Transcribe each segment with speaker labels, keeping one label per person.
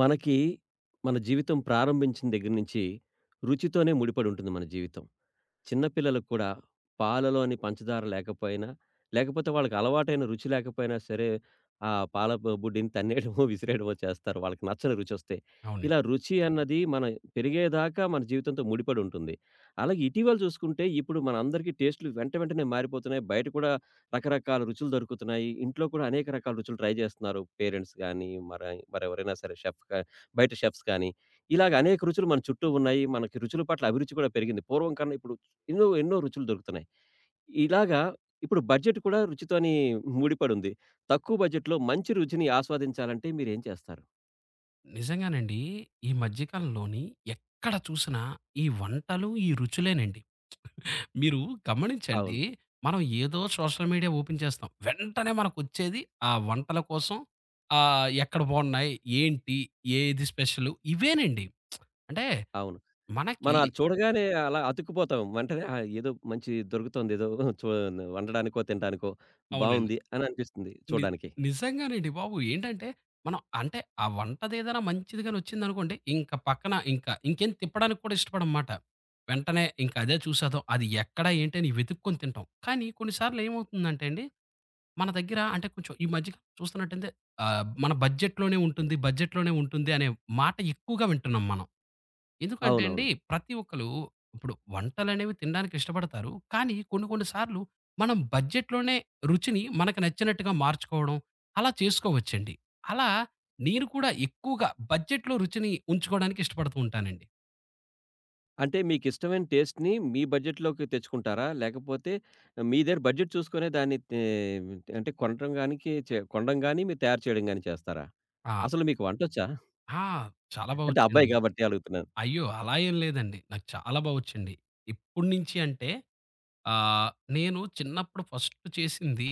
Speaker 1: మనకి, మన జీవితం ప్రారంభించిన దగ్గర నుంచి రుచితోనే ముడిపడుంటుంది మన జీవితం. చిన్న పిల్లలకు కూడా పాలలోని పంచదార లేకపోయినా, లేకపోతే వాళ్ళకి అలవాటైన రుచి లేకపోయినా సరే, ఆ పాల బుడ్డిని తన్నేయడమో, విసిరేయడమో చేస్తారు. వాళ్ళకి నచ్చని రుచొస్తే.
Speaker 2: అవునండి.
Speaker 1: ఇలా రుచి అన్నది మన పెరిగేదాకా మన జీవితంతో ముడిపడి ఉంటుంది. అలాగే ఇటీవల చూసుకుంటే ఇప్పుడు మనందరికీ టేస్ట్‌లు వెంట వెంటనే మారిపోతున్నాయి. బయట కూడా రకరకాల రుచులు దొరుకుతున్నాయి. ఇంట్లో కూడా అనేక రకాల రుచులు ట్రై జేస్తున్నారు. పేరెంట్స్ గానీ, మరెవరైనా సరే షెఫ్ కా బయట షెఫ్స్ కానీ, ఇలాగ అనేక రుచులు మన చుట్టూ ఉన్నాయి. మనకి రుచుల పట్ల అభిరుచి కూడా పెరిగింది. పూర్వం కన్నా ఇప్పుడు ఎన్నో, ఎన్నో రుచులు దొరుకుతున్నాయి. ఇలాగా ఇప్పుడు బడ్జెట్ కూడా రుచితోని ముడిపడుంది. తక్కువ బడ్జెట్‌లో మంచి రుచిని ఆస్వాదించాలంటే మీరేం చేస్తారు?
Speaker 2: నిజంగానండి. ఈ మధ్య కాలంలోని ఎక్కడ చూసినా ఈ వంటలు, ఈ రుచులేనండి. మీరు గమనించండి.
Speaker 1: అవును.
Speaker 2: మనం ఏదో సోషల్ మీడియా ఓపెన్ చేస్తాం. వెంటనే మనకొచ్చేది ఆ వంటల కోసం ఎక్కడ బాగున్నాయి? ఏంటి? ఏది స్పెషలు? ఇవేనండి. అంటే
Speaker 1: అవును.
Speaker 2: మనకి
Speaker 1: మనం అది చూడగానే అలా అతుక్కుపోతాం. వెంటనే ఆ! ఏదో మంచి దొరుకుతోంది. ఏదో చూ వండడానికో, తినడానికో
Speaker 2: అవునండి.
Speaker 1: బావుంది అని అనిపిస్తుంది
Speaker 2: ని
Speaker 1: చూడడానికి.
Speaker 2: నిజంగానండి బాబు. ఏంటంటే, మనం అంటే ఆ వంటదేదైనా మంచిది గాని వచ్చిందనుకోండి, ఇంక పక్కన ఇంకా ఇంకేం తిప్పడానికి కూడా ఇష్టపడం మాట. వెంటనే ఇంక అదే చూసేద్దాం. అది ఎక్కడ ఏంటి అని వెతుక్కొని తింటాం. కానీ కొన్ని సార్లు ఏమవుతుందంటే అండి, మన దగ్గర అంటే కొంచెం ఈ మధ్య చూస్తున్నట్టయితే మన బడ్జెట్‌లోనే ఉంటుంది అనే మాట ఎక్కువగా వింటున్నాం మనం. ఎందుకంటే అండి,
Speaker 1: అవునవును.
Speaker 2: ప్రతి ఒక్కళ్ళు ఇప్పుడు వంటలనేవి తినడానికి ఇష్టపడతారు. కానీ కొన్ని కొన్ని సార్లు మనం బడ్జెట్‌లోనే రుచిని మనకు నచ్చినట్టుగా మార్చుకోవడం అలా చేసుకోవచ్చండి. అలా నేను కూడా ఎక్కువగా బడ్జెట్‌లో రుచిని ఉంచుకోవడానికి ఇష్టపడుతూ ఉంటానండి.
Speaker 1: అంటే మీకిష్టమైన టేస్ట్‌ని మీ బడ్జెట్‌లోకి తెచ్చుకుంటారా? లేకపోతే మీ దగ్గర బడ్జెట్ చూసుకునే దాన్ని అంటే కొనటం గానికి చే కొనడం గాని, మీరు తయారు చేయడం గాని చేస్తారా?
Speaker 2: ఆ!
Speaker 1: అసలు మీకు వంటొచ్చా?
Speaker 2: ఆ! చాలా బా
Speaker 1: అంటే అబ్బాయి
Speaker 2: వచ్చండి.
Speaker 1: గాబట్టి అలుగుతున్నాను.
Speaker 2: అయ్యో! అలా ఏం లేదండి. నాకు చాలా బా వచ్చండి. ఎప్పటి నుంచి అంటే ఆహ్, నేను చిన్నప్పుడు ఫస్ట్ చేసింది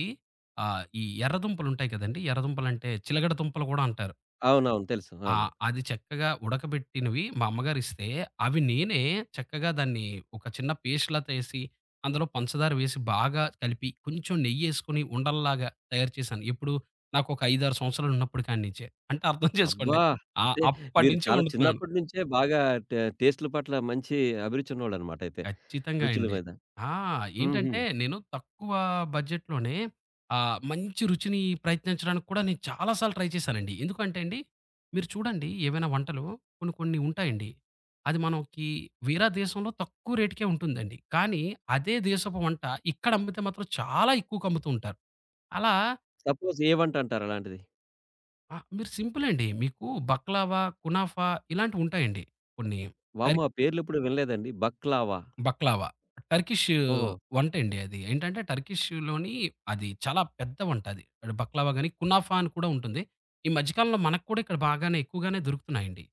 Speaker 2: ఈ ఎర్ర దుంపలుంటాయి కదండీ! ఎర్ర దుంపలంటే చిలగడ దుంపలు కూడా అంటారు.
Speaker 1: అవునవును. తెలుసు.
Speaker 2: ఆ!
Speaker 1: అవును.
Speaker 2: అది చక్కగా ఉడకబెట్టినవి మా అమ్మగారిస్తే, అవి నేనే చక్కగా దాన్ని ఒక చిన్న పేస్ట్‌లా చేసి, అందులో పంచదార వేసి బాగా కలిపి, కొంచెం నెయ్యేసుకొని ఉండల్లాగా తయారు చేశాను. ఎప్పుడు నాకొక 5, 6 సంవత్సరాలున్నప్పుడు కాడి నుంచే. అంటే అర్థం చేసుకోండి.
Speaker 1: అబ్బా!
Speaker 2: ఆ!
Speaker 1: అంటే
Speaker 2: అప్పటి
Speaker 1: మీరు
Speaker 2: నుంచి
Speaker 1: చాలా
Speaker 2: వండుతున్నాను.
Speaker 1: చిన్నప్పటి నుంచే బాగా టేస్ట్‌ల పట్ల మంచి అభిరుచి ఉన్నోళ్ళన్నమాట అయితే.
Speaker 2: ఖచ్చితంగా
Speaker 1: రుచుల
Speaker 2: అండి.
Speaker 1: మీద.
Speaker 2: ఆ!
Speaker 1: హుహు.
Speaker 2: ఏంటంటే నేను తక్కువ బడ్జెట్‌లోనే మంచి రుచిని ప్రయత్నించడానికి కూడా నేను చాలా సార్లు ట్రై చేశానండి. ఎందుకంటే అండి, మీరు చూడండి ఏవైనా వంటలు కొన్ని కొన్ని ఉంటాయండి. అది మనకి వేరే దేశంలో తక్కువ రేట్‌కే ఉంటుందండి. కానీ అదే దేశపు వంట ఇక్కడ అమ్మితే మాత్రం చాలా ఎక్కువకి అమ్ముతూ ఉంటారు. అలా
Speaker 1: సపోజ్ ఏ వంట అంటారు అలాంటిది?
Speaker 2: మీరు సింపుల్ అండి. మీకు బక్లావా, కునాఫా ఇలాంటివి ఉంటాయండి కొన్ని.
Speaker 1: వామ్మో! ఆ పేర్లెప్పుడు వినలేదండి. బక్లావా?
Speaker 2: బక్లావా. టర్కిష్
Speaker 1: ఓహో!
Speaker 2: వంటండి అది. ఏంటంటే టర్కిష్‌లోని అది చాలా పెద్ద వంట అది. అది బక్లావా గాని, కునాఫా అని కూడా ఉంటుంది. ఈ మధ్య కాలంలో మనకు కూడా ఇక్కడ బాగానే ఎక్కువగానే దొరుకుతున్నాయండి.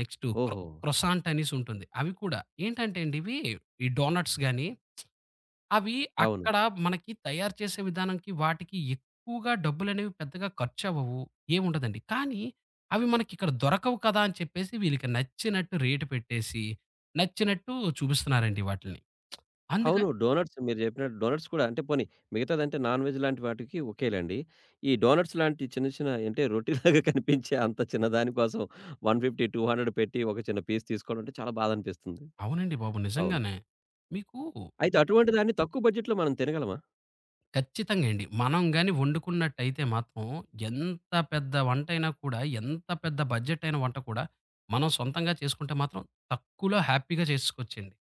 Speaker 2: నెక్స్టు క్రొ
Speaker 1: ఓహో!
Speaker 2: క్రొసాంట్ అనేసి ఉంటుంది. అవి కూడా ఏంటంటే అండి ఇవి ఈ డోనట్స్ గాని, అవి
Speaker 1: అవును.
Speaker 2: అక్కడ మనకి తయారు చేసే విధానంకి వాటికి ఎక్కువగా డబ్బులనేవి పెద్దగా ఖర్చవ్వవు. ఏముండదండి. కానీ అవి మనకిక్కడ దొరకవు కదా! అని చెప్పేసి వీళ్ళకి నచ్చినట్టు రేటు పెట్టేసి, నచ్చినట్టు చూపిస్తున్నారండి వాటిల్ని. అందుక
Speaker 1: అవును. డోనట్స్ మీరు చెప్పినట్టు డోనట్స్ కూడా అంటే పోనీ మిగతాదంటే నాన్ వెజ్ లాంటి వాటికి ఓకేలెండి. ఈ డోనట్స్ లాంటి చిన్న చిన్న అంటే రొట్టెలాగా కనిపించే అంత చిన్నదాని కోసం 150, 200 పెట్టి ఒక చిన్న పీస్ తీసుకోవడం అంటే చాలా బాధనిపిస్తుంది.
Speaker 2: అవునండి బాబు.
Speaker 1: అవును.
Speaker 2: నిజంగానే. మీకు
Speaker 1: అయితే అటువంటి దాన్ని తక్కువ బడ్జెట్‌లో మనం తినగలమా?
Speaker 2: ఖచ్చితంగా అండి. మనం గాని వండుకున్నట్టయితే మాత్రం ఎంత పెద్ద వంటైనా కూడా, ఎంత పెద్ద బడ్జెట్ అయిన వంట కూడా మనం సొంతంగా చేసుకుంటే మాత్రం తక్కువలో హ్యాపీగా చేసుకోవచ్చండి.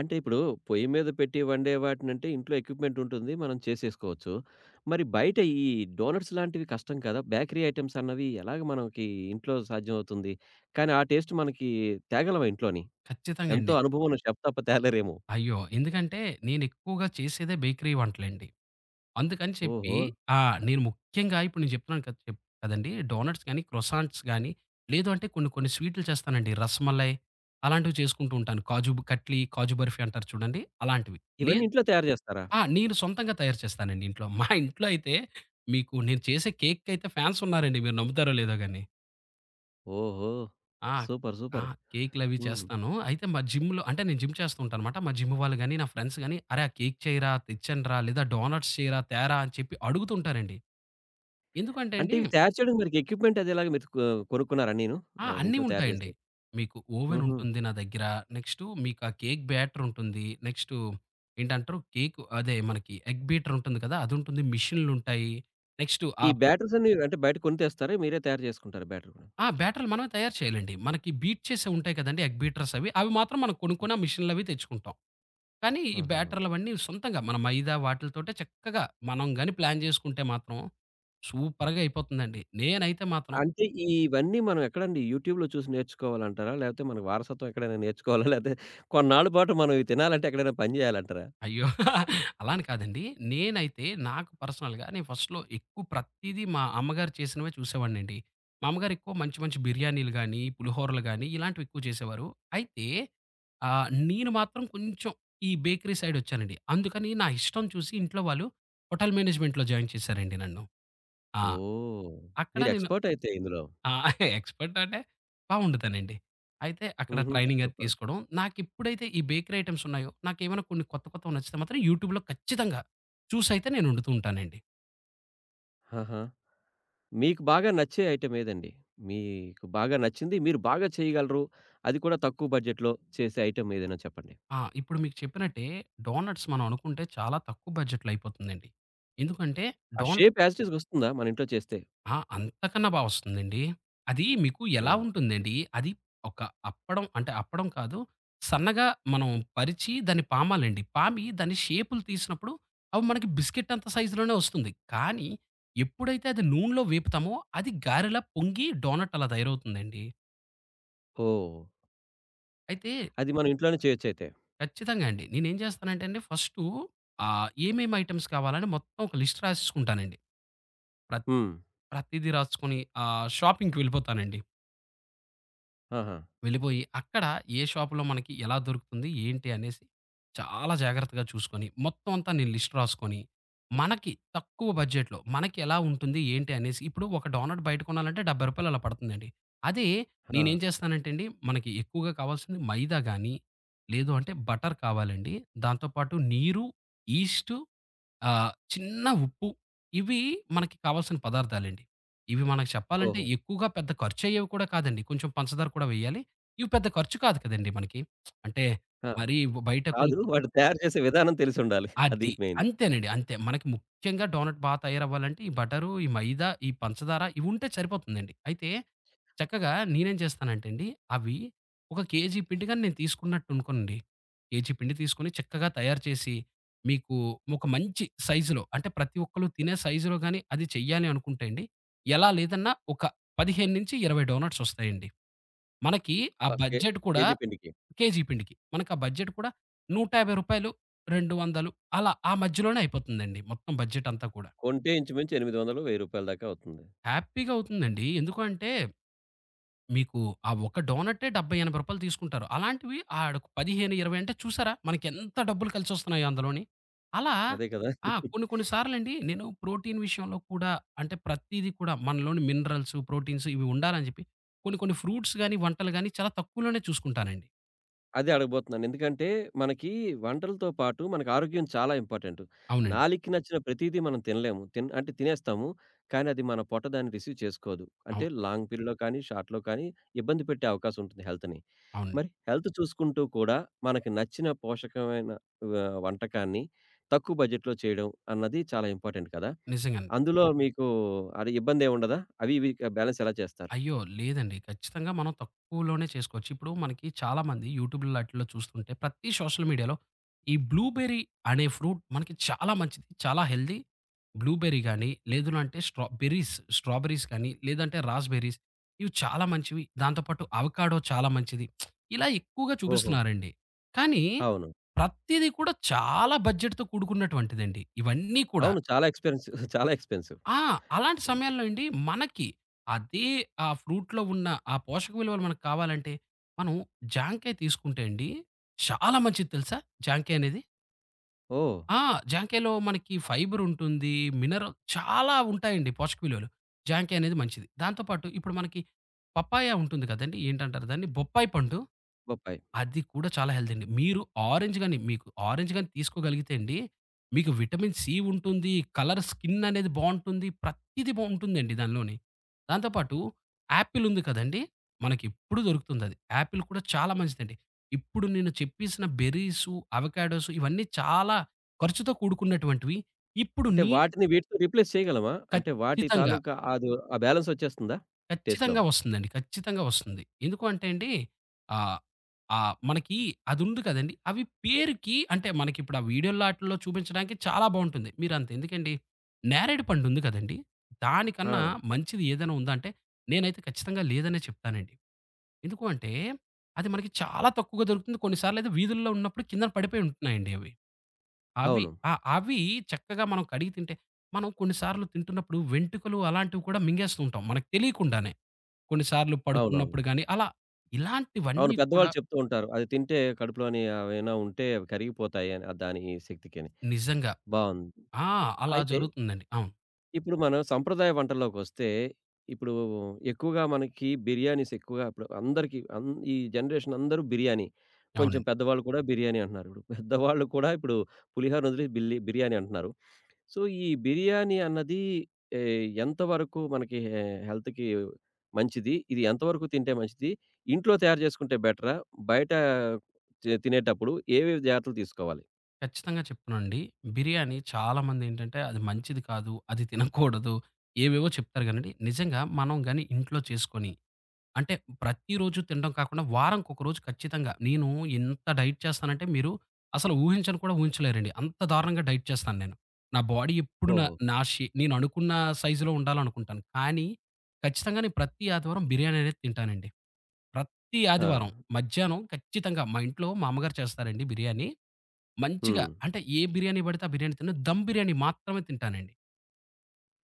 Speaker 1: అంటే ఇప్పుడు పొయ్యి మీద పెట్టి వండే వాటినంటే ఇంట్లో ఎక్విప్‌మెంట్ ఉంటుంది. మనం చేసేసుకోవచ్చు. మరి బయట ఈ డోనట్స్ లాంటివి కష్టం కదా! బేకరీ ఐటెమ్స్ అన్నవి ఎలాగ మనకి ఇంట్లో సాధ్యమవుతుంది? కానీ ఆ టేస్ట్ మనకి తేగలమా ఇంట్లోని?
Speaker 2: ఖచ్చితంగా
Speaker 1: ఎంతో
Speaker 2: అండి.
Speaker 1: అనుభవం ఉన్న షెఫ్ తప్ప తేలేరేమో!
Speaker 2: అయ్యో! ఎందుకంటే నేనెక్కువగా చేసేదే బేకరీ వంటలండి. అందుకని చెప్పి
Speaker 1: ఓహో!
Speaker 2: ఆ! నేను ముఖ్యంగా ఇప్పుడు నేను చెప్తున్నాను కదా! చెప్ కదండీ. డోనట్స్ గాని, క్రొసాంట్స్ గాని, లేదు అంటే కొన్ని కొన్ని స్వీటులు చేస్తానండి. రసమలై అలాంటివి చేసుకుంటూ ఉంటాను. కాజు బ- కట్లీ, కాజు బర్ఫీ అంటారు చూడండి. అలాంటివి. లే
Speaker 1: ఇవన్నీ ఇంట్లో తయారు జేస్తారా?
Speaker 2: ఆ! నేను సొంతంగా తయారు చేస్తానండి ఇంట్లో. మా ఇంట్లో అయితే మీకు నేను చేసే కేక్‌కైతే ఫ్యాన్స్ ఉన్నారండి. మీరు నమ్ముతారో లేదో గాని.
Speaker 1: ఓహో!
Speaker 2: ఆ!
Speaker 1: సూపర్.
Speaker 2: ఆ!
Speaker 1: సూపర్.
Speaker 2: కేకులవి
Speaker 1: హ్మ్.
Speaker 2: చేస్తాను. అయితే మా జిమ్‌లో అంటే నేను జిమ్ చేస్తూ ఉంటానన్నమాట. మా జిమ్ వాళ్ళు గాని, నా ఫ్రెండ్స్ గాని, "అరే! ఆ కేక్ చేయరా, తెచ్చేయండిరా లేదా డోనట్స్ చేయరా, తేరా" అని చెప్పి అడుగుతుంటారండి. ఎందుకంటే
Speaker 1: అంటే
Speaker 2: అండి
Speaker 1: ఇవి తయారు చేయడానికి మరికి ఎక్విప్‌మెంట్ అది ఎలాగ మీరు కొనుక్కున్నారా అన్నీను?
Speaker 2: ఆ!
Speaker 1: ఆహ్,
Speaker 2: అన్నీ
Speaker 1: ఇంట్లో తయారు
Speaker 2: ఉంటాయండి.
Speaker 1: జేసేవి.
Speaker 2: మీకు ఓవెన్
Speaker 1: హుహు.
Speaker 2: ఉంటుంది నా దగ్గర. నెక్స్టు మీకు ఆ కేక్ బ్యాటర్ ఉంటుంది. నెక్స్టు ఏంటంటారు కేక్ అదే మనకి ఎగ్ బీటర్ ఉంటుంది కదా! అదుంటుంది. మిషన్‌లుంటాయి. నెక్స్టు
Speaker 1: ఈ
Speaker 2: ఆహ్,
Speaker 1: బ్యాటరీసన్నీ అంటే బయట కొని తెస్తారా? మీరే తయారు చేసుకుంటారా బ్యాటరీ కూడా?
Speaker 2: ఆ! బ్యాటర్‌లు మనమే తయారు చేయాలండి. మనకి బీట్ చేసేవి ఉంటాయి కదండీ ఎగ్ బీటర్స్ అవి. అవి మాత్రం మనం
Speaker 1: హ్మ్.
Speaker 2: కొనుక్కొని ఆ మిషన్‌లవి తెచ్చుకుంటాం. కానీ ఈ
Speaker 1: హుహుహు.
Speaker 2: బ్యాటర్‌లవన్నీ సొంతంగా మన మైదా వాటిలతోటే చక్కగా మనం గాని ప్లాన్ చేసుకుంటే మాత్రం సూపర్‌గా అయిపోతుందండి. నేనైతే మాత్రం
Speaker 1: అంటే ఇవన్నీ మనం ఎక్కడండి యూట్యూబ్‌లో చూసి నేర్చుకోవాలంటారా? లేపోతే మనకు వారసత్వం ఎక్కడైనా నేర్చుకోవాలా? లేతే కొన్నాళ్ళ పాటు మనం ఇవి తినాలంటే ఎక్కడైనా పని జేయాలంటారా?
Speaker 2: అయ్యో! అలా అని కాదండి. నేనైతే నాకు పర్సనల్‌గా నేను ఫస్ట్‌లో ఎక్కువ ప్రతీదీ మా అమ్మగారు చేసినవే చూసేవాడినండి. మా అమ్మగారు ఎక్కువ మంచి మంచి బిర్యానీలు గానీ, పులిహోరలు గానీ ఇలాంటివి ఎక్కువ చేసేవారు. అయితే నేను మాత్రం కొంచెం ఈ బేకరీ సైడ్ వచ్చానండి. అందుకని నా ఇష్టం చూసి ఇంట్లో వాళ్ళు హోటల్ మేనేజ్మెంట్‌లో జాయిన్ చేశారండి నన్ను. ఆ!
Speaker 1: ఓహ్!
Speaker 2: అక్కడ
Speaker 1: మీరు
Speaker 2: నేను
Speaker 1: ఎక్స్‌పర్ట్ అయితే ఇందులో.
Speaker 2: ఆ! ఎక్స్‌పర్ట్ అంటే బావుండుతానండి. అయితే అక్కడ
Speaker 1: హుహు.
Speaker 2: ట్రైనింగ్ అది
Speaker 1: సూపర్.
Speaker 2: తీసుకోవడం. నాకెప్పుడైతే ఈ బేకరీ ఐటెమ్స్ ఉన్నాయో, నాకేమైనా కొన్ని కొత్త కొత్తవి నచ్చితే మాత్రం యూట్యూబ్‌లో ఖచ్చితంగా చూసైతే నేను వండుతూ ఉంటానండి.
Speaker 1: ఆహా! మీకు బాగా నచ్చే ఐటెమ్ ఏదండి? మీకు బాగా నచ్చింది, మీరు బాగా చేయగలరు, అది కూడా తక్కువ బడ్జెట్‌లో చేసే ఐటెమ్ ఏదైనా చెప్పండి?
Speaker 2: ఆ! ఇప్పుడు మీకు చెప్పినట్టే డోనట్స్ మనం అనుకుంటే చాలా తక్కువ బడ్జెట్‌లో అయిపోతుందండి. ఎందుకంటే
Speaker 1: ఆ
Speaker 2: donut
Speaker 1: shape as it is వస్తుందా మన ఇంట్లో చేస్తే?
Speaker 2: ఆ! అంతకన్నా బా వస్తుందండి. అది మీకు ఎలా
Speaker 1: ఓహ్!
Speaker 2: ఉంటుందండి, అది ఒక అప్పడం అంటే అప్పడం కాదు, సన్నగా మనం పరిచి దాన్ని పామాలండి. పామి దాని షేపులు తీసినప్పుడు అవి మనకి బిస్కెట్ అంత సైజులోనే వస్తుంది. కానీ ఎప్పుడైతే అది నూనెలో వేపుతామో అది గారెలా పొంగి డోనట్ అలా తయారవుతుందండి.
Speaker 1: ఓహ్!
Speaker 2: అయితే
Speaker 1: అది మనం ఇంట్లోనే చేయొచ్చయితే.
Speaker 2: ఖచ్చితంగా అండి. నేనేం చేస్తానంటే అండి ఫస్టు ఏమేమి ఐటెమ్స్ కావాలని మొత్తం ఒక లిస్ట్ రాసేసుకుంటానండి. ప్ర
Speaker 1: హ్మ్.
Speaker 2: ప్రతీదీ రాసుకొని షాపింగ్‌కి వెళ్ళిపోతానండి.
Speaker 1: ఆహా!
Speaker 2: వెళ్ళిపోయి అక్కడ ఏ షాప్‌లో మనకి ఎలా దొరుకుతుంది? ఏంటి? అనేసి చాలా జాగ్రత్తగా చూసుకొని, మొత్తం అంతా నేను లిస్ట్ రాసుకొని, మనకి తక్కువ బడ్జెట్‌లో మనకి ఎలా ఉంటుంది? ఏంటి? అనేసి ఇప్పుడు ఒక డోనట్ బయట కొనాలంటే రూ. 70 అలా పడుతుందండి. అదే
Speaker 1: ఆ!
Speaker 2: నేనేం చేస్తానంటే అండి, మనకి ఎక్కువగా కావాల్సింది మైదా గాని, లేదు అంటే బటర్ కావాలండి. దాంతో పాటు నీరు, ఈస్టు చిన్న ఉప్పు. ఇవి మనకి కావాల్సిన పదార్థాలండి. ఇవి మనకు చెప్పాలంటే
Speaker 1: ఓహో!
Speaker 2: ఎక్కువగా పెద్ద ఖర్చయ్యేవి కూడా కాదండి. కొంచెం పంచదార కూడా వేయాలి. ఇవి పెద్ద ఖర్చు కాదు కదండీ మనకి. అంటే
Speaker 1: ఆ!
Speaker 2: మరీ బయట
Speaker 1: కాదు.
Speaker 2: కొనుక్కు
Speaker 1: వాడు తయారు చేసే విధానం తెలిసుండాలి. అది
Speaker 2: అది.
Speaker 1: మెయిన్.
Speaker 2: అంతేనండి. అంతే. మనకి ముఖ్యంగా డోనట్ బా తయారవ్వాలంటే ఈ బటరు, ఈ మైదా, ఈ పంచదార ఇవి ఉంటే సరిపోతుందండి. అయితే చక్కగా నేనేం చేస్తానంటే అండి, అవి ఒక కేజీ పిండి గాని నేను తీసుకున్నట్టు అనుకోండి. కేజీ పిండి తీసుకొని చక్కగా తయారు చేసి, మీకు ఒక మంచి సైజులో అంటే ప్రతి ఒక్కళ్ళు తినే సైజులో గాని అది చెయ్యాలి అనుకుంటే అండి, ఎలా లేదన్నా ఒక 15-20 డోనట్స్ వస్తాయండి. మనకి ఆ
Speaker 1: పర్ కే
Speaker 2: బడ్జెట్ కూడా
Speaker 1: కేజీ పిండికి.
Speaker 2: కేజీ పిండికి. మనకా బడ్జెట్ కూడా రూ. 150, రూ. 200 అలా ఆ మధ్యలోనే అయిపోతుందండి మొత్తం బడ్జెట్ అంతా కూడా.
Speaker 1: కొంటే ఇంచుమించు 800, రూ. 1,000 దాకా అవుతుంది.
Speaker 2: హ్యాపీగా అవుతుందండి. ఎందుకు అంటే మీకు ఆ ఒక డోన‌టే రూ. 70, 80 తీసుకుంటారు. అలాంటివి ఆడొక 15, 20 అంటే చూసారా మనకెంత డబ్బులు కలిసొస్తున్నాయో అందులోని. అలా
Speaker 1: అదే కదా!
Speaker 2: ఆ! కొన్ని కొన్ని సార్లండి నేను ప్రోటీన్ విషయంలో కూడా అంటే ప్రతీది కూడా మనలోని మినరల్స్, ప్రోటీన్స్ ఇవి ఉండాలని జెప్పి కొన్ని కొన్ని ఫ్రూట్స్ గాని, వంటలు గాని చాలా తక్కువలోనే చూసుకుంటానండి.
Speaker 1: అదే అడగబోతున్నాను. ఎందుకంటే, మనకి వంటలతో పాటు మనకు ఆరోగ్యం చాలా ఇంపార్టెంటు.
Speaker 2: అవునండి.
Speaker 1: నాలికి నచ్చిన ప్రతీదీ మనం తినలేము. తిన్ అంటే తినేస్తాము. కానీ అది మన పొట్ట దాన్ని రిసీవ్ చేసుకోదు. అంటే
Speaker 2: అవును.
Speaker 1: లాంగ్ పీరియడ్‌లో కానీ, షార్ట్‌లో కానీ ఇబ్బంది పెట్టే అవకాశం ఉంటుంది హెల్త్‌ని.
Speaker 2: అవునండి.
Speaker 1: మరి హెల్త్ చూసుకుంటూ కూడా మనకి నచ్చిన పోషకమైన వంటకాన్ని తక్కువ బడ్జెట్‌లో చేయడం అన్నది చాలా ఇంపార్టెంట్ కదా!
Speaker 2: నిజంగానే.
Speaker 1: అందులో మీకు అది ఇబ్బందేముండదా? అవి ఇవి బ్యాలెన్స్ ఎలా చేస్తారు?
Speaker 2: అయ్యో! లేదండి. ఖచ్చితంగా మనం తక్కువలోనే చేసుకోవచ్చు. ఇప్పుడు మనకి చాలామంది యూట్యూబ్‌లో ఆటిల్లో చూస్తుంటే ప్రతి సోషల్ మీడియాలో ఈ బ్లూబెర్రీ అనే ఫ్రూట్ మనకి చాలా మంచిది. చాలా హెల్తీ. బ్లూబెర్రీ గాని, లేదు అంటే స్ట్రాబెర్రీస్ కానీ, లేదంటే రాస్‌బెర్రీస్ ఇవి చాలా మంచివి. దాంతో పాటు అవకాడో చాలా మంచిది. ఇలా ఎక్కువగా
Speaker 1: ఓహో!
Speaker 2: చూపిస్తున్నారండి. కానీ
Speaker 1: అవును.
Speaker 2: ప్రతీది కూడా చాలా బడ్జెట్‌తో కూడుకున్నటువంటిదండి. ఇవన్నీ కూడా.
Speaker 1: అవును. చాలా ఎక్స్‌పెన్సివ్ చాలా ఎక్స్‌పెన్సివ్.
Speaker 2: ఆ! అలాంటి సమయాల్లో అండి మనకి అదే ఆ ఫ్రూట్‌లో ఉన్న ఆ పోషక విలువలు మనకు కావాలంటే, మనం జాంకాయ తీసుకుంటే అండి చాలా మంచిది తెలుసా జాంకాయ అనేది.
Speaker 1: ఓహ్!
Speaker 2: ఆ! జాంకాయలో మనకి ఫైబర్ ఉంటుంది. మినరల్ చాలా ఉంటాయండి పోషక విలువలు. జాంకాయ అనేది మంచిది. దాంతో పాటు ఇప్పుడు మనకి పపాయ ఉంటుంది కదండీ! ఏంటంటారు దాన్ని బొప్పాయి పండు.
Speaker 1: బొప్పాయి.
Speaker 2: అది కూడా చాలా హెల్తీ అండి. మీరు ఆరెంజ్ గాని, మీకు ఆరెంజ్ గాని తీసుకోగలిగితే అండి, మీకు విటమిన్ సి ఉంటుంది. కలర్ స్కిన్ అనేది బావుంటుంది. ప్రతీది బావుంటుందండి దానిలోని. దాంతో పాటు యాపిల్ ఉంది కదండీ! మనకెప్పుడు దొరుకుతుందది. యాపిల్ కూడా చాలా మంచిదండి. ఇప్పుడు నేను చెప్పేసిన బెర్రీసు, అవకాడోసు ఇవన్నీ చాలా ఖర్చుతో కూడుకున్నటువంటివి. ఇప్పుడు
Speaker 1: అంటే
Speaker 2: నీ
Speaker 1: వాటిని వీటితో రీప్లేస్ చేయగలమా? అంటే వాటి
Speaker 2: ఖచ్చితంగా.
Speaker 1: తాలూకా అదో ఆ బ్యాలన్స్ వచ్చేస్తుందా? టేస్ట్‌లో.
Speaker 2: ఖచ్చితంగా వస్తుందండి. ఖచ్చితంగా వస్తుంది. ఎందుకు అంటే అండి ఆహ్, ఆహ్, మనకి అదుంది కదండీ! అవి పేరుకి అంటే మనకిప్పుడు ఆ వీడియో‌ల్లో ఆటిల్లో చూపించడానికి చాలా బావుంటుంది. మీరంత ఎందుకండి, నేరేడు పండుంది కదండీ! దానికన్నా
Speaker 1: ఆ!
Speaker 2: మంచిది ఏదైనా ఉందా అంటే, నేనైతే ఖచ్చితంగా లేదనే చెప్తానండి. ఎందుకు అంటే, అది మనకి చాలా తక్కువగా దొరుకుతుంది. కొన్ని సార్లయితే వీధుల్లో ఉన్నప్పుడు కిందన పడిపోయి ఉంటున్నాయండి అవి. అవి
Speaker 1: అవును.
Speaker 2: ఆ! అవి చక్కగా మనం కడిగి తింటే, మనం కొన్ని సార్లు తింటున్నప్పుడు వెంట్రుకలు అలాంటివి కూడా మింగేస్తూ ఉంటాం మనకు తెలియకుండానే. కొన్ని సార్లు
Speaker 1: అవునవును.
Speaker 2: పడుకున్నప్పుడు గాని, అలా
Speaker 1: అవును.
Speaker 2: ఇలాంటివన్నీ కూడా
Speaker 1: పెద్దవాళ్ళు చెప్తూ ఉంటారు. అది తింటే కడుపులోని అవేనా ఉంటే అవి కరిగిపోతాయి అని దాని శక్తికని.
Speaker 2: నిజంగా.
Speaker 1: బావుంది.
Speaker 2: ఆ! అలా
Speaker 1: అయితే
Speaker 2: జరుగుతుందండి. అవును.
Speaker 1: ఇప్పుడు మనం సంప్రదాయ వంటల్లోకొస్తే, ఇప్పుడు ఎక్కువగా మనకి బిర్యానీస్ ఎక్కువగా ఇప్పుడు అందరికీ అన్ ఈ జనరేషన్ అందరూ బిర్యానీ. కొంచెం
Speaker 2: అవునండి.
Speaker 1: పెద్దవాళ్ళు కూడా బిర్యానీ అంటున్నారు. ఇప్పుడు పెద్దవాళ్ళు కూడా ఇప్పుడు పులిహోరను వదిలి బిల్లి బిర్యానీ అంటున్నారు. సో, ఈ బిర్యానీ అన్నది ఏ ఎంతవరకు మనకి హెల్త్‌కి మంచిది? ఇది ఎంతవరకు తింటే మంచిది? ఇంట్లో తయారు చేసుకుంటే బెటరా? బయట తినేటప్పుడు ఏవేవి జాగ్రత్తలు తీసుకోవాలి?
Speaker 2: ఖచ్చితంగా చెప్తున్నానండి. బిర్యానీ చాలామందేంటంటే, అది మంచిది కాదు, అది తినకూడదు, ఏవేవో చెప్తారు గానండి. నిజంగా మనం గాని ఇంట్లో చేసుకొని అంటే ప్రతిరోజు తినడం కాకుండా వారంకొక రోజు ఖచ్చితంగా. నేను ఎంత డైట్ చేస్తానంటే మీరు అసలు ఊహించను కూడా ఊహించలేరండి. అంత దారుణంగా డైట్ చేస్తాను నేను. నా బాడీ ఎప్పుడు నా
Speaker 1: ఓహో!
Speaker 2: నా షే నేను అనుకున్న సైజులో ఉండాలనుకుంటాను. కానీ ఖచ్చితంగా నేను ప్రతి ఆదివారం బిర్యానీ అనేది తింటానండి. ప్రతి
Speaker 1: ఆ!
Speaker 2: ఆదివారం మధ్యాహ్నం ఖచ్చితంగా మా ఇంట్లో మా అమ్మగారు చేస్తారండి బిర్యానీ. మంచిగా
Speaker 1: హ్మ్.
Speaker 2: అంటే ఏ బిర్యానీ పడితే ఆ బిర్యానీ తినను. దమ్ బిర్యానీ మాత్రమే తింటానండి.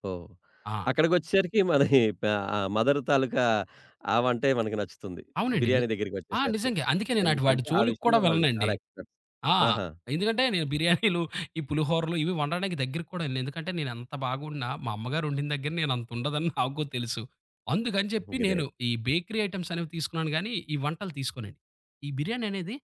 Speaker 1: ఓహ్!
Speaker 2: ఆ!
Speaker 1: అక్కడికొచ్చేసరికి మన ప మదర్ తాలూకా ఆ వంటే మనకి నచ్చుతుంది.
Speaker 2: అవునండి.
Speaker 1: బిర్యానీ
Speaker 2: ఆ!
Speaker 1: దగ్గరికొచ్చేసరికి.
Speaker 2: నిజంగా. అందుకే నేను అటు వాటి
Speaker 1: ఎందుకంటే, ఆ
Speaker 2: జోలికి కూడా
Speaker 1: విషయంలో వాళ్ళు
Speaker 2: వెళ్ళనండి.
Speaker 1: చాలా ఎక్స్‌పర్ట్స్.
Speaker 2: ఆ!
Speaker 1: ఆహా!
Speaker 2: ఎందుకంటే నేను బిర్యానీలు, ఈ పులిహోరలు ఇవి వండడానికి దగ్గరకి కూడా వెళ్ళను. ఎందుకంటే నేను ఎంత బాగుండినా మా అమ్మగారు వండిన దగ్గర నేను అంత ఉండదని నాకు తెలుసు. అందుకని చెప్పి నేను
Speaker 1: గ్రేట్.
Speaker 2: ఈ బేకరీ ఐటెమ్స్ అనేవి తీసుకున్నాను గానీ, ఈ వంటలు తీసుకోనండి. ఈ బిర్యానీ అనేది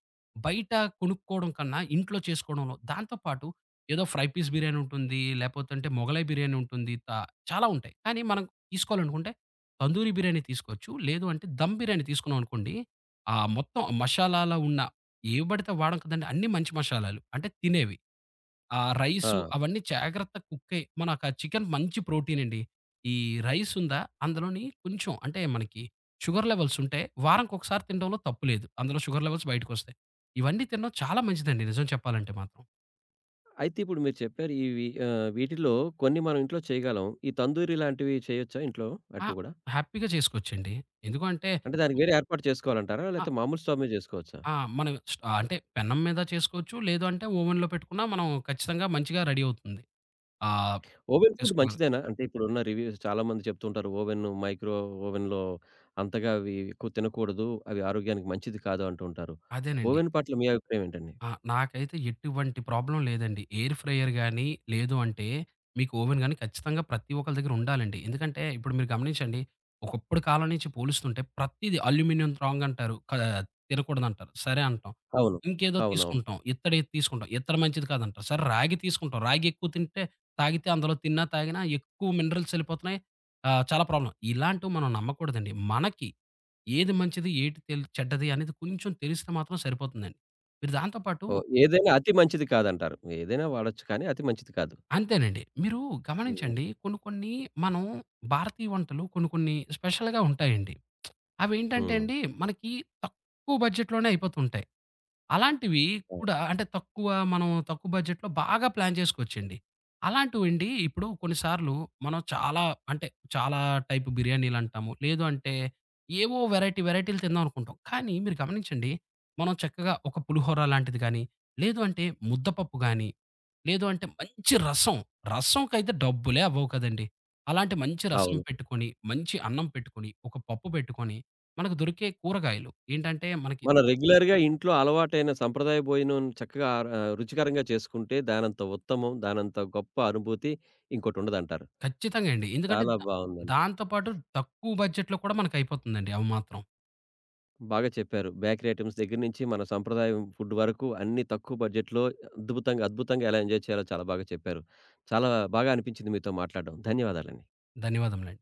Speaker 2: బయట కొనుక్కోవడం కన్నా ఇంట్లో చేసుకోవడంలో దాంతో పాటు ఏదో ఫ్రై పీస్ బిర్యానీ ఉంటుంది. లేపోతంటే మొగలై బిర్యానీ ఉంటుంది. త చాలా ఉంటాయి. కానీ మనం తీసుకోవాలనుకుంటే తందూరి బిర్యానీ తీసుకోవచ్చు. లేదు అంటే దమ్ బిర్యానీ తీసుకున్నాం అనుకోండి, ఆ మొత్తం మషాలాలో ఉన్న ఏవి పడితే అవి వాడం కదండీ! అన్నీ మంచి మషాలాలు. అంటే తినేవి. ఆ రైసు
Speaker 1: ఆ!
Speaker 2: అవన్నీ జాగ్రత్తగా కుక్కయి మనకు ఆ చికెన్ మంచి ప్రోటీన్ అండి. ఈ రైస్ ఉందా అందులోని కొంచెం అంటే మనకి షుగర్ లెవెల్స్ ఉంటే వారానికొకసారి తినడంలో తప్పు లేదు. అందులో షుగర్ లెవెల్స్ బయటకొస్తాయి. ఇవన్నీ తినడం చాలా మంచిదండి నిజం చెప్పాలంటే మాత్రం.
Speaker 1: అయితే ఇప్పుడు మీరు చెప్పారు ఇవి వీటిలో కొన్ని మనం ఇంట్లో చేయగలం. ఈ తందూరి లాంటివి చేయొచ్చా ఇంట్లో?
Speaker 2: ఆ!
Speaker 1: వాటిని గూడా?
Speaker 2: హ్యాపీగా చేసుకోవచ్చండి. ఎందుకు అంటే
Speaker 1: అంటే దానికి వేరే ఏర్పాటు చేసుకోవాలంటారా? లేతే
Speaker 2: ఆహ్,
Speaker 1: మామూలు స్టవ్ మీద జేసుకోవచ్చా?
Speaker 2: ఆ! మనం స్ ఆ, అంటే పెనం మీద చేసుకోవచ్చు. లేదు అంటే ఓవెన్‌లో పెట్టుకున్నా మనం ఖచ్చితంగా మంచిగా రెడీ అవుతుంది. ఆహ్,
Speaker 1: ఓవెన్ ఫుడ్
Speaker 2: చేసుకోగలం
Speaker 1: మంచిదేనా? అంటే ఇప్పుడున్న రివ్యూస్ చాలామంది చెప్తుంటారు. ఓవెన్, ఓవెన్‌లో అంతగా అవి ఎక్కువ తినకూడదు. అవి ఆరోగ్యానికి మంచిది కాదు అంటుంటారు.
Speaker 2: అదేనండి.
Speaker 1: ఓవెన్ పట్ల మీ అభిప్రాయం ఏంటండి?
Speaker 2: ఆ! నాకైతే ఎటువంటి ప్రాబ్లమ్ లేదండి. ఎయిర్ ఫ్రైయర్ గానీ, లేదు అంటే మీకు ఓవెన్ గానీ ఖచ్చితంగా ప్రతి ఒక్కళ్ళ దగ్గర ఉండాలండి. ఎందుకంటే ఇప్పుడు మీరు గమనించండి, ఒకప్పుడు కాలం నుంచి పోలుస్తుంటే ప్రతీది అల్యూమినియం రాంగ్ అంటారు. క తినకూడదంటారు. సరే అంటాం.
Speaker 1: అవును.
Speaker 2: ఇంకేదో
Speaker 1: అవునవును.
Speaker 2: తీసుకుంటాం. ఇత్తడేది తీసుకుంటాం. ఇత్తడి మంచిది కాదంటారు. సరే రాగి తీసుకుంటాం. రాగి ఎక్కువ తింటే తాగితే అందులో తిన్నా, తాగినా ఎక్కువ మినరల్స్ ఎళ్ళిపోతున్నాయి. చాలా ప్రాబ్లమ్. ఇలాంటివి మనం నమ్మకూడదండి. మనకి ఏది మంచిది, ఏటి తెల్ చెడ్డది అనేది కొంచెం తెలిస్తే మాత్రం సరిపోతుందండి. మీరు దాంతో పాటు
Speaker 1: ఓహ్! ఏదైనా అతి మంచిది కాదంటారు. ఏదైనా వాడొచ్చు కానీ అతి మంచిది కాదు.
Speaker 2: అంతేనండి. మీరు
Speaker 1: హ్మ్.
Speaker 2: గమనించండి కొన్ని కొన్ని మనం భారతీయ వంటలు కొన్ని కొన్ని స్పెషల్‌గా ఉంటాయండి. అవేంటంటే
Speaker 1: హ్మ్.
Speaker 2: అండి మనకి తక్కువ బడ్జెట్‌లోనే అయిపోతుంటాయి. అలాంటివి
Speaker 1: అవును.
Speaker 2: కూడా అంటే తక్కువ మనం తక్కువ బడ్జెట్‌లో బాగా ప్లాన్ చేసుకోవచ్చండి. అలాంటివండి ఇప్పుడు కొన్నిసార్లు మనం చాలా అంటే చాలా టైప్ బిర్యానీలంటాము. లేదు అంటే ఏవో వెరైటీ వెరైటీలు తిందాం అనుకుంటాం. కానీ మీరు గమనించండి మనం చక్కగా ఒక పులిహోర లాంటిది గానీ, లేదు అంటే ముద్దపప్పు గానీ, లేదు అంటే మంచి రసం, రసంకైతే డబ్బులే అవ్వవు కదండీ! అలాంటి మంచి రసం
Speaker 1: అవును.
Speaker 2: పెట్టుకొని, మంచి అన్నం పెట్టుకొని, ఒక పప్పు పెట్టుకొని, మనకు దొరికే కూరగాయలు ఏంటంటే మనకి
Speaker 1: మనం రెగ్యులర్‌గా ఇంట్లో అలవాటైన సంప్రదాయ భోజనం చక్కగా రుచికరంగా చేసుకుంటే దానంత ఉత్తమం, దానంత గొప్ప అనుభూతి ఇంకోటుండదంటారు.
Speaker 2: ఖచ్చితంగా అండి. ఎందుకంటే
Speaker 1: చాలా
Speaker 2: దా
Speaker 1: బావుందండి.
Speaker 2: దాంతో పాటు తక్కువ బడ్జెట్‌లో కూడా మనకయిపోతుందండి అవి మాత్రం.
Speaker 1: బాగా చెప్పారు. బేకరీ ఐటెమ్స్ దగ్గర నుంచి మన సంప్రదాయం ఫుడ్ వరకు అన్నీ తక్కువ బడ్జెట్‌లో అద్భుతంగా, అద్భుతంగా ఎలా ఎంజాయ్ చేయాలో చాలా బాగా చెప్పారు. చాలా బాగా అనిపించింది మీతో మాట్లాడడం. ధన్యవాదాలండి.
Speaker 2: ధన్యవాదములండి.